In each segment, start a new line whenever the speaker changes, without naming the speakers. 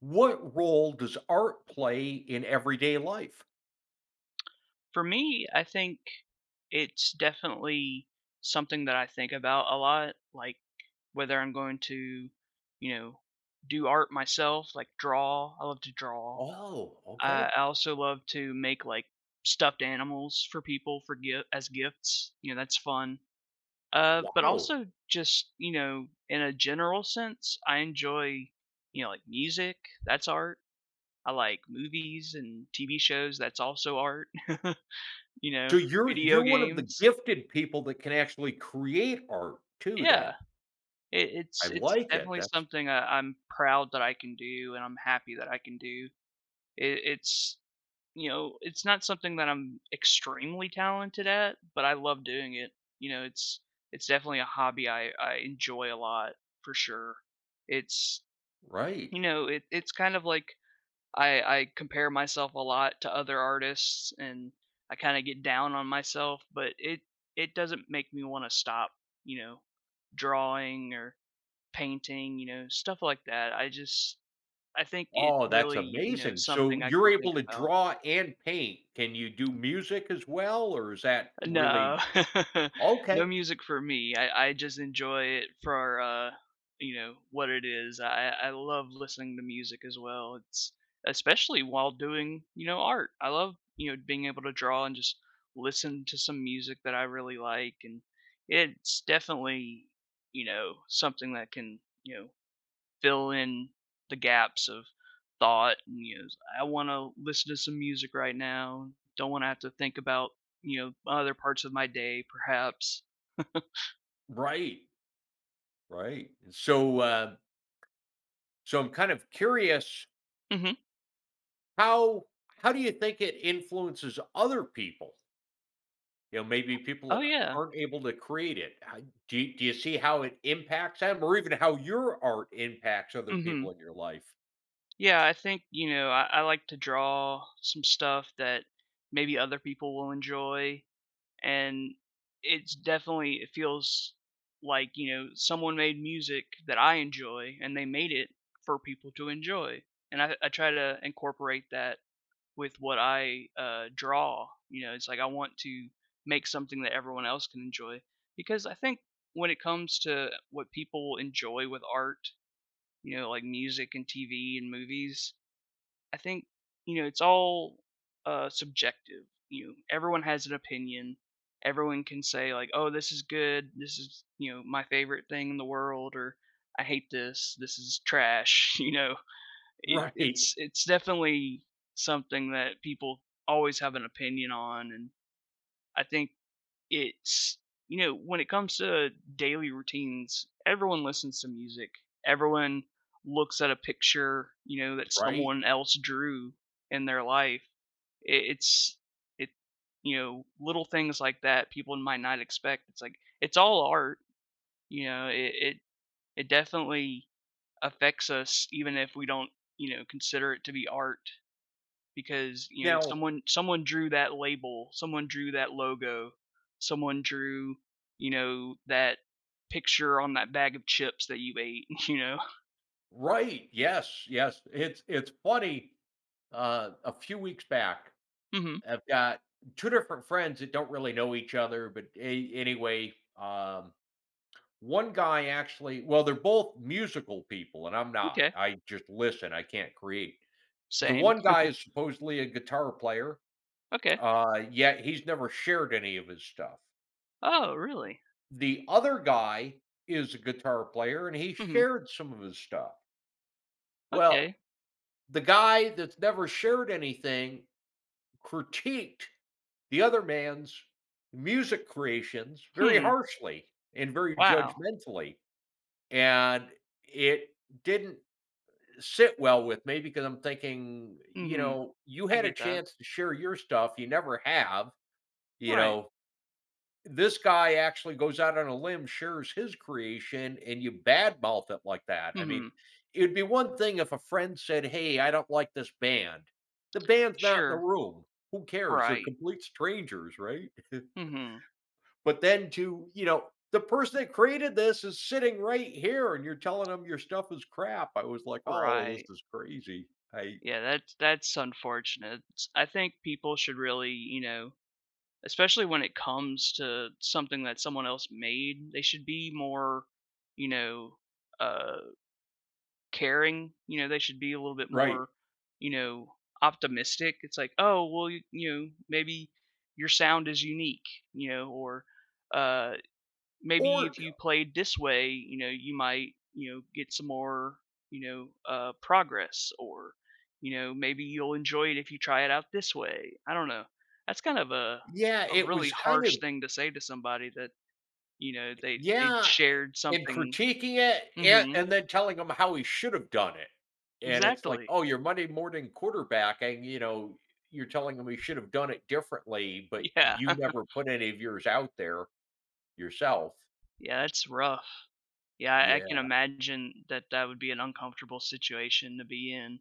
What role does art play in everyday life?
For me, I think it's definitely something that I think about a lot, like whether I'm going to, you know, do art myself, like draw. I love to draw.
Oh,
I
okay.
I also love to make like stuffed animals for people for gift as gifts. You know, that's fun. But
Wow.
also just you know, in a general sense, I enjoy like music. That's art. I like movies and TV shows. That's also art. You know,
So you're
video
you're one of the
games.
gifted people that can actually create art too
Yeah,
then.
it
I
it's it's
like it.
definitely
That's
something I'm proud that I can do and I'm happy that I can do. It's you know, it's not something that I'm extremely talented at, but I love doing it. You know, it's definitely a hobby I enjoy a lot for sure. It's
right.
you know, it it's kind of like I compare myself a lot to other artists, and I kinda get down on myself, but it doesn't make me wanna stop, you know, drawing or painting, you know, stuff like that. I just I think it
Oh, that's
really, you know,
amazing. So
something I can
you're
think
able to
about.
draw and paint. Can you do music as well or is that really?
No. No
Okay.
music for me. I just enjoy it for, you know, what it is. I love listening to music as well. It's especially while doing, you know, art. I love, you know, being able to draw and just listen to some music that I really like, and it's definitely, you know, something that can, you know, fill in the gaps of thought. And you know, I want to listen to some music right now. Don't want to have to think about, you know, other parts of my day perhaps.
Right. Right. So I'm kind of curious
Hmm.
how do you think it influences other people? You know, maybe people
Oh,
that
yeah.
aren't able to create it. How do you see how it impacts them or even how your art impacts other
Hmm.
people in your life?
Yeah, I think I like to draw some stuff that maybe other people will enjoy. And it's definitely, it feels like, you know, someone made music that I enjoy and they made it for people to enjoy. And I try to incorporate that with what I, draw, you know, it's like I want to make something that everyone else can enjoy, because I think when it comes to what people enjoy with art, you know, like music and TV and movies, I think, you know, it's all, subjective, you know, everyone has an opinion, everyone can say like, "Oh, this is good, this is, you know, my favorite thing in the world," or, "I hate this, this is trash," you know? it,
Right,
it's it's definitely something that people always have an opinion on. And I think it's, you know, when it comes to daily routines, everyone listens to music, everyone looks at a picture, you know, that
right.
someone else drew in their life. It, it's it you know, little things like that people might not expect, it's like it's all art, you know it it, it definitely affects us even if we don't, you know, consider it to be art, because, you know,
Now
someone drew that label, someone drew that logo, someone drew, you know, that picture on that bag of chips that you ate. You know?
right, yes, yes. It's funny, a few weeks back,
Mhm.
I've got 2 different friends that don't really know each other, but a anyway, one guy actually, well, they're both musical people, and I'm not.
Okay.
I just listen, I can't create. The
Same.
one guy is supposedly a guitar player.
Okay.
Yet he's never shared any of his stuff.
Oh, really?
The other guy is a guitar player and he
Mhm.
shared some of his stuff. Well,
Okay.
the guy that's never shared anything critiqued the other man's music creations very
Hmm.
harshly and very
Wow.
judgmentally. And it didn't sit well with me because I'm thinking, you
Mhm.
know, you
I
had a
get that.
chance to share your stuff. You never have, you
Right.
know. This guy actually goes out on a limb, shares his creation, and you badmouth it like that. I mean,
Mhm.
it'd be one thing if a friend said, "Hey, I don't like this band." The band's not in the
Sure.
room. Who cares? They're
Right.
complete strangers, right?
Mhm.
But then to, you know, the person that created this is sitting right here and you're telling them your stuff is crap. I was like, "Oh, this
Right.
is crazy." I
Yeah, that's unfortunate. I think people should really, you know, especially when it comes to something that someone else made, they should be more, you know, uh, caring, you know, they should be a little bit
right.
more, you know, optimistic. It's like, "Oh, well, you know, maybe your sound is unique," you know, or, uh maybe
Or
if you played this way, you know, you might, you know, get some more, you know, progress or, you know, maybe you'll enjoy it if you try it out this way. I don't know. That's kind of
yeah,
a
it
really
was kind of
harsh thing to say to somebody that, you know, they
yeah.
shared
And
something.
critiquing it and
Hmm.
then telling him how he should have done it. And it's like,
Exactly.
"Oh, you're Monday morning quarterbacking, you know, you're telling him he should have done it differently, but
Yeah.
you never put any of yours out there yourself."
Yeah. That's rough. Yeah. I can
Yeah.
imagine that that would be an uncomfortable situation to be in,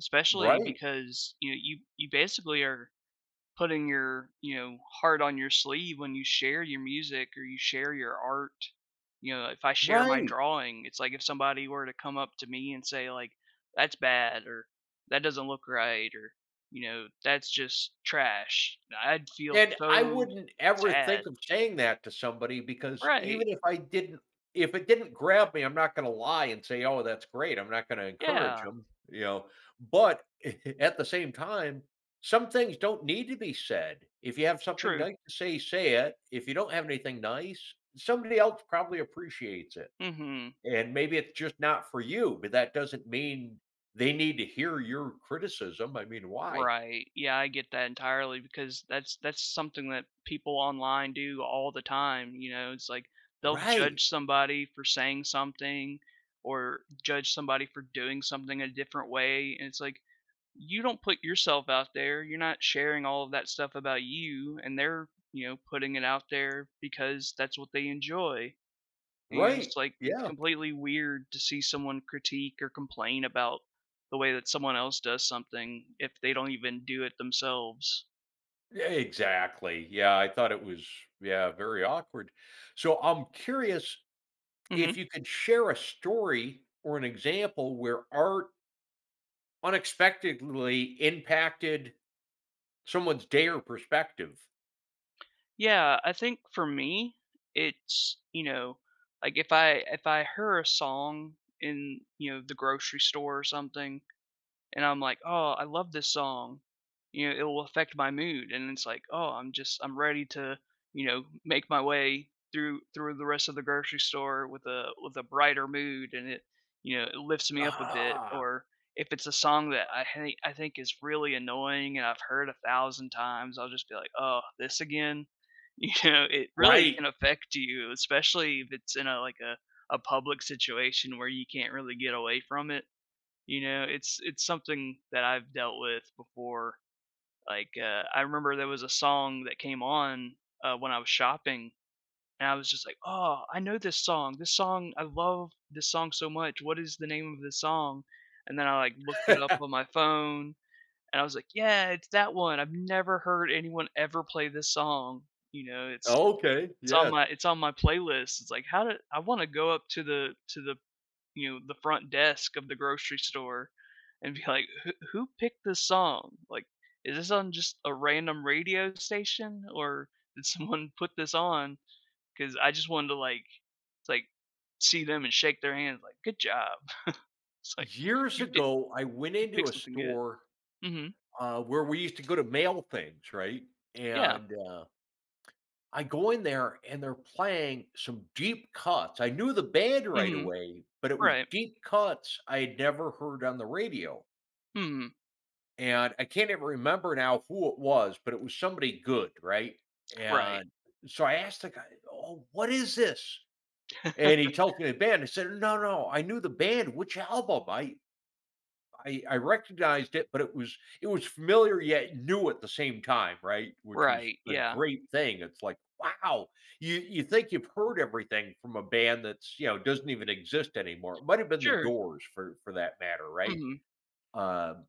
especially
Right.
because, you know, you basically are putting your, you know, heart on your sleeve when you share your music or you share your art. You know, if I share my
Right.
drawing, it's like if somebody were to come up to me and say like, "That's bad," or "That doesn't look right," or you know, "That's just trash." I'd feel
And I
so
wouldn't ever think
sad.
of saying that to somebody because even
Right.
if I didn't if it didn't grab me, I'm not gonna lie and say, "Oh, that's great." I'm not gonna
Yeah.
encourage them, you know? But at the same time, some things don't need to be said. If you have something
True.
nice to say, say it. If you don't have anything nice, somebody else probably appreciates it.
Mhm.
And maybe it's just not for you, but that doesn't mean they need to hear your criticism. I mean, why?
Right. Yeah, I get that entirely because that's something that people online do all the time, you know, it's like they'll
Right,
judge somebody for saying something or judge somebody for doing something a different way and it's like you don't put yourself out there. You're not sharing all of that stuff about you and they're, you know, putting it out there because that's what they enjoy. You know,
right,
it's like, it's
yeah.
completely weird to see someone critique or complain about the way that someone else does something if they don't even do it themselves.
Yeah, exactly. Yeah, I thought it was yeah, very awkward. So I'm curious
Hmm.
if you could share a story or an example where art unexpectedly impacted someone's day or perspective.
Yeah, I think for me, it's you know, like if I hear a song in, you know, the grocery store or something, and I'm like, "Oh, I love this song." You know, it will affect my mood, and it's like, "Oh, I'm just I'm ready to, you know, make my way through the rest of the grocery store with a brighter mood, and it, you know, it lifts me up a bit."
Ah,
Or if it's a song that I hate, I think is really annoying and I've heard a thousand times, I'll just be like, "Oh, this again." You know, it really can
right.
affect you, especially if it's in a like a public situation where you can't really get away from it. You know, it's something that I've dealt with before. Like, I remember there was a song that came on, when I was shopping, and I was just like, "Oh, I know this song. This song, I love this song so much. What is the name of this song?" And then I like looked it up on my phone, and I was like, "Yeah, it's that one. I've never heard anyone ever play this song. You know, it's
Okay, yes.
it's on my playlist." It's like, how did I want to go up to the you know, the front desk of the grocery store and be like, "Who picked this song? Like, is this on just a random radio station or did someone put this on?" Because I just wanted to, like, it's like, see them and shake their hands like, "Good job." It's like,
Years
"You pick
ago, I went
you
into
picked
a
something good."
store
Mhm.
where we used to go to mail things, right?
Yeah.
And I go in there and they're playing some deep cuts. I knew the band right
Mhm.
away, but it was
Right.
deep cuts I had never heard on the radio.
Mhm.
And I can't even remember now who it was, but it was somebody good, right?
Right.
And so I asked the guy, oh, what is this? And he tells me the band. I said, no, no, I knew the band. Which album? I I recognized it, but it was familiar yet new at the same time, right? Which was
Right.
a
Yeah.
great thing. It's like, wow, you think you've heard everything from a band that's, you know, doesn't even exist anymore. It might have been The
Sure.
Doors for that matter, right?
Mhm.
Um,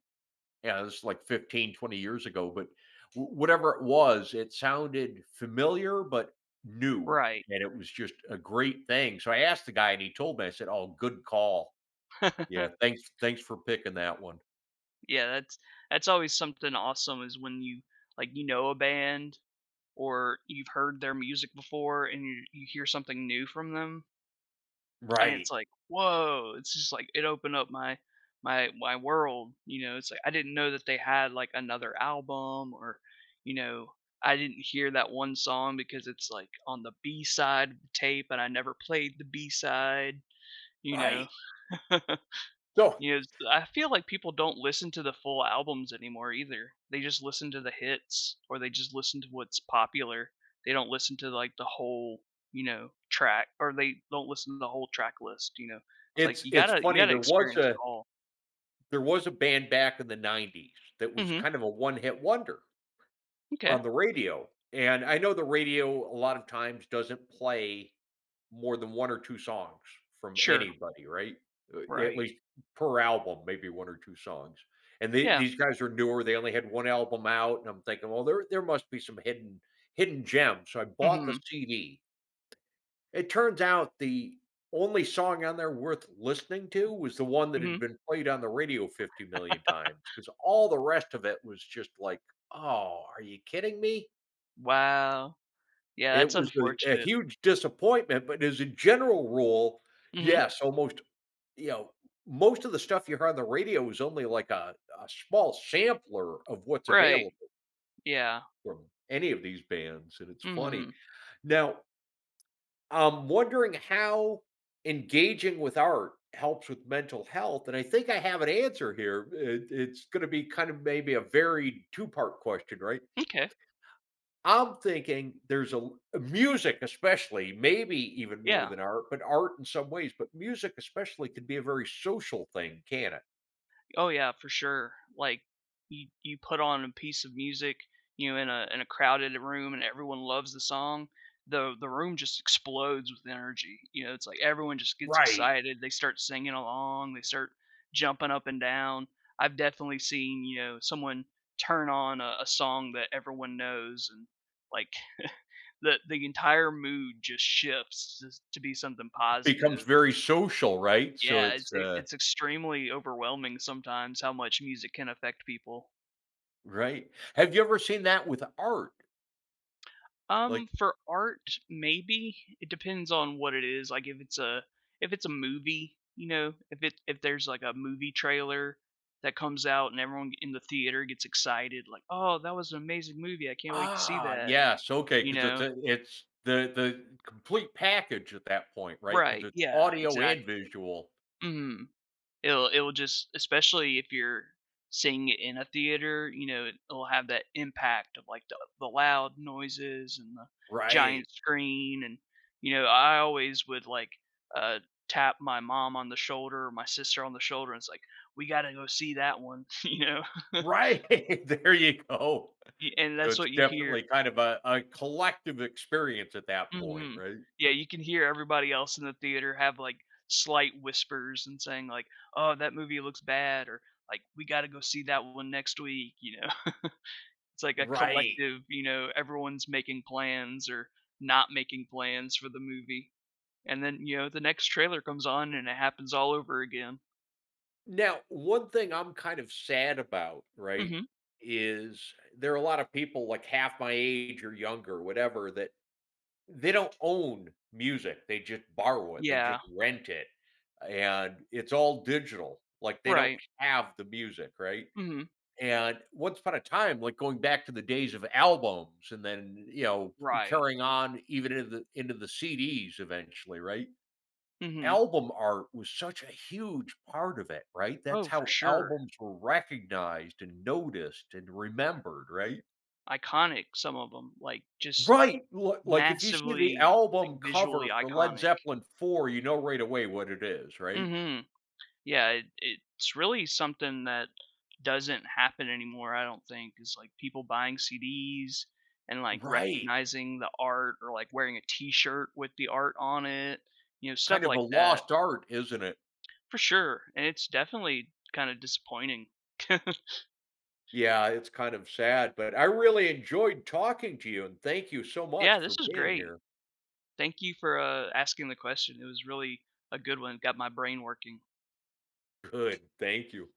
yeah, this is like 15, 20 years ago, but whatever it was, it sounded familiar but new.
Right.
And it was just a great thing. So I asked the guy and he told me, I said, oh, good call. Yeah, thanks, thanks for picking that one.
Yeah, that's always something awesome is when you like, you know a band or you've heard their music before and you hear something new from them, and it's
Right.
like, "Whoa," it's just like it opened up my world, you know, it's like I didn't know that they had, like, another album or, you know, I didn't hear that one song because it's, like, on the B side of the tape and I never played the B side, you know?
Right. So,
You Yes, I feel like people don't listen to the full albums anymore either. They just listen to the hits or they just listen to what's popular. They don't listen to like the whole, you know, track or they don't listen to the whole track list, you know. It's like you got
it's
to you got
funny,
to experience it all.
there was a band back in the '90s that was
Mhm.
kind of a one-hit wonder
Okay.
on the radio, and I know the radio a lot of times doesn't play more than 1 or 2 songs from
Sure.
anybody, right? At
Right.
least per album, maybe 1 or 2 songs, and
Yeah.
these guys are newer, they only had 1 album out, and I'm thinking, "Well, there must be some hidden gems," so I bought the
Mhm.
CD. It turns out the only song on there worth listening to was the one that had
Mhm.
been played on the radio 50,000,000 times. Because all the rest of it was just like, "Oh, are you kidding me?"
Wow. Yeah,
It
that's
was a
unfortunate.
huge disappointment, but as a general rule,
Mhm.
yes, almost, you know, most of the stuff you hear on the radio is only like a small sampler of what's
Right.
available
Yeah.
from any of these bands, and it's funny.
Mhm.
Now I'm wondering how engaging with art helps with mental health, and I think I have an answer here. It, it's going to be kind of maybe a varied two-part question, right?
Okay.
I'm thinking there's a music, especially, maybe even more
Yeah.
than art, but art in some ways, but music especially can be a very social thing, can it?
Oh yeah, for sure. Like you put on a piece of music, you know, in a crowded room and everyone loves the song, the room just explodes with energy. You know, it's like everyone just gets
Right.
excited. They start singing along, they start jumping up and down. I've definitely seen, you know, someone turn on a song that everyone knows and like the entire mood just shifts to be something
Becomes
positive.
very social, right? So
Yeah,
it's
it's e it's extremely overwhelming sometimes how much music can affect people.
right. Have you ever seen that with art? Like
For art, maybe. It depends on what it is, like, if it's a movie, you know, if it if there's, like, a movie trailer that comes out and everyone in the theater gets excited, like, "Oh, that was an amazing movie, I can't wait to see
ah,
that,"
yes, okay,
you
because it's
know?
a it's the complete package at that point, right? Because
Right,
it's
yeah,
audio and
exactly.
visual.
Mhm. It'll just, especially if you're seeing it in a theater, you know, it- it'll have that impact of, like, the loud noises and the
Right,
giant screen, and, you know, I always would, like, uh, tap my mom on the shoulder or my sister on the shoulder, and it's like, "We gotta go see that one," you know?
right, there you go.
Y and
So
that's
it's
what you hear.
definitely kind of a collective experience at that point,
Mhm.
right?
Yeah, you can hear everybody else in the theater have, like, slight whispers and saying, like, "Oh, that movie looks bad," or, like, "We gotta go see that one next week," you know? It's like a
Right.
collective, you know, everyone's making plans or not making plans for the movie. And then, you know, the next trailer comes on and it happens all over again.
Now, one thing I'm kind of sad about, right,
Mhm.
is there are a lot of people like half my age or younger, whatever, that they don't own music, they just borrow it, they
Yeah.
just rent it, and it's all digital, like, they don't
Right.
have the music, right?
Mhm.
And once upon a time, like, going back to the days of albums and then, you know,
Right.
carrying on even into the CDs eventually, right?
Mhm.
Album art was such a huge part of it, right? That's
Oh, for
how
sure.
albums were recognized and noticed and remembered, right?
Iconic, some of them, like, just
Right, li like, if you see the
massively, like,
album
visually
cover for Led
iconic.
Zeppelin IV, you know right away what it is, right?
Mhm. Yeah, it, it's really something that doesn't happen anymore, I don't think, is like people buying CDs and like
Right,
recognizing the art or like wearing a t shirt with the art on it, you know, stuff
kind of a
like that
lost art, isn't it?
for sure. And it's definitely kind of disappointing.
Yeah, it's kind of sad, but I really enjoyed talking to you, and thank you so much
Yeah, this
for
is
being
great.
here.
Thank you for asking the question. It was really a good one. Got my brain working.
Good, thank you.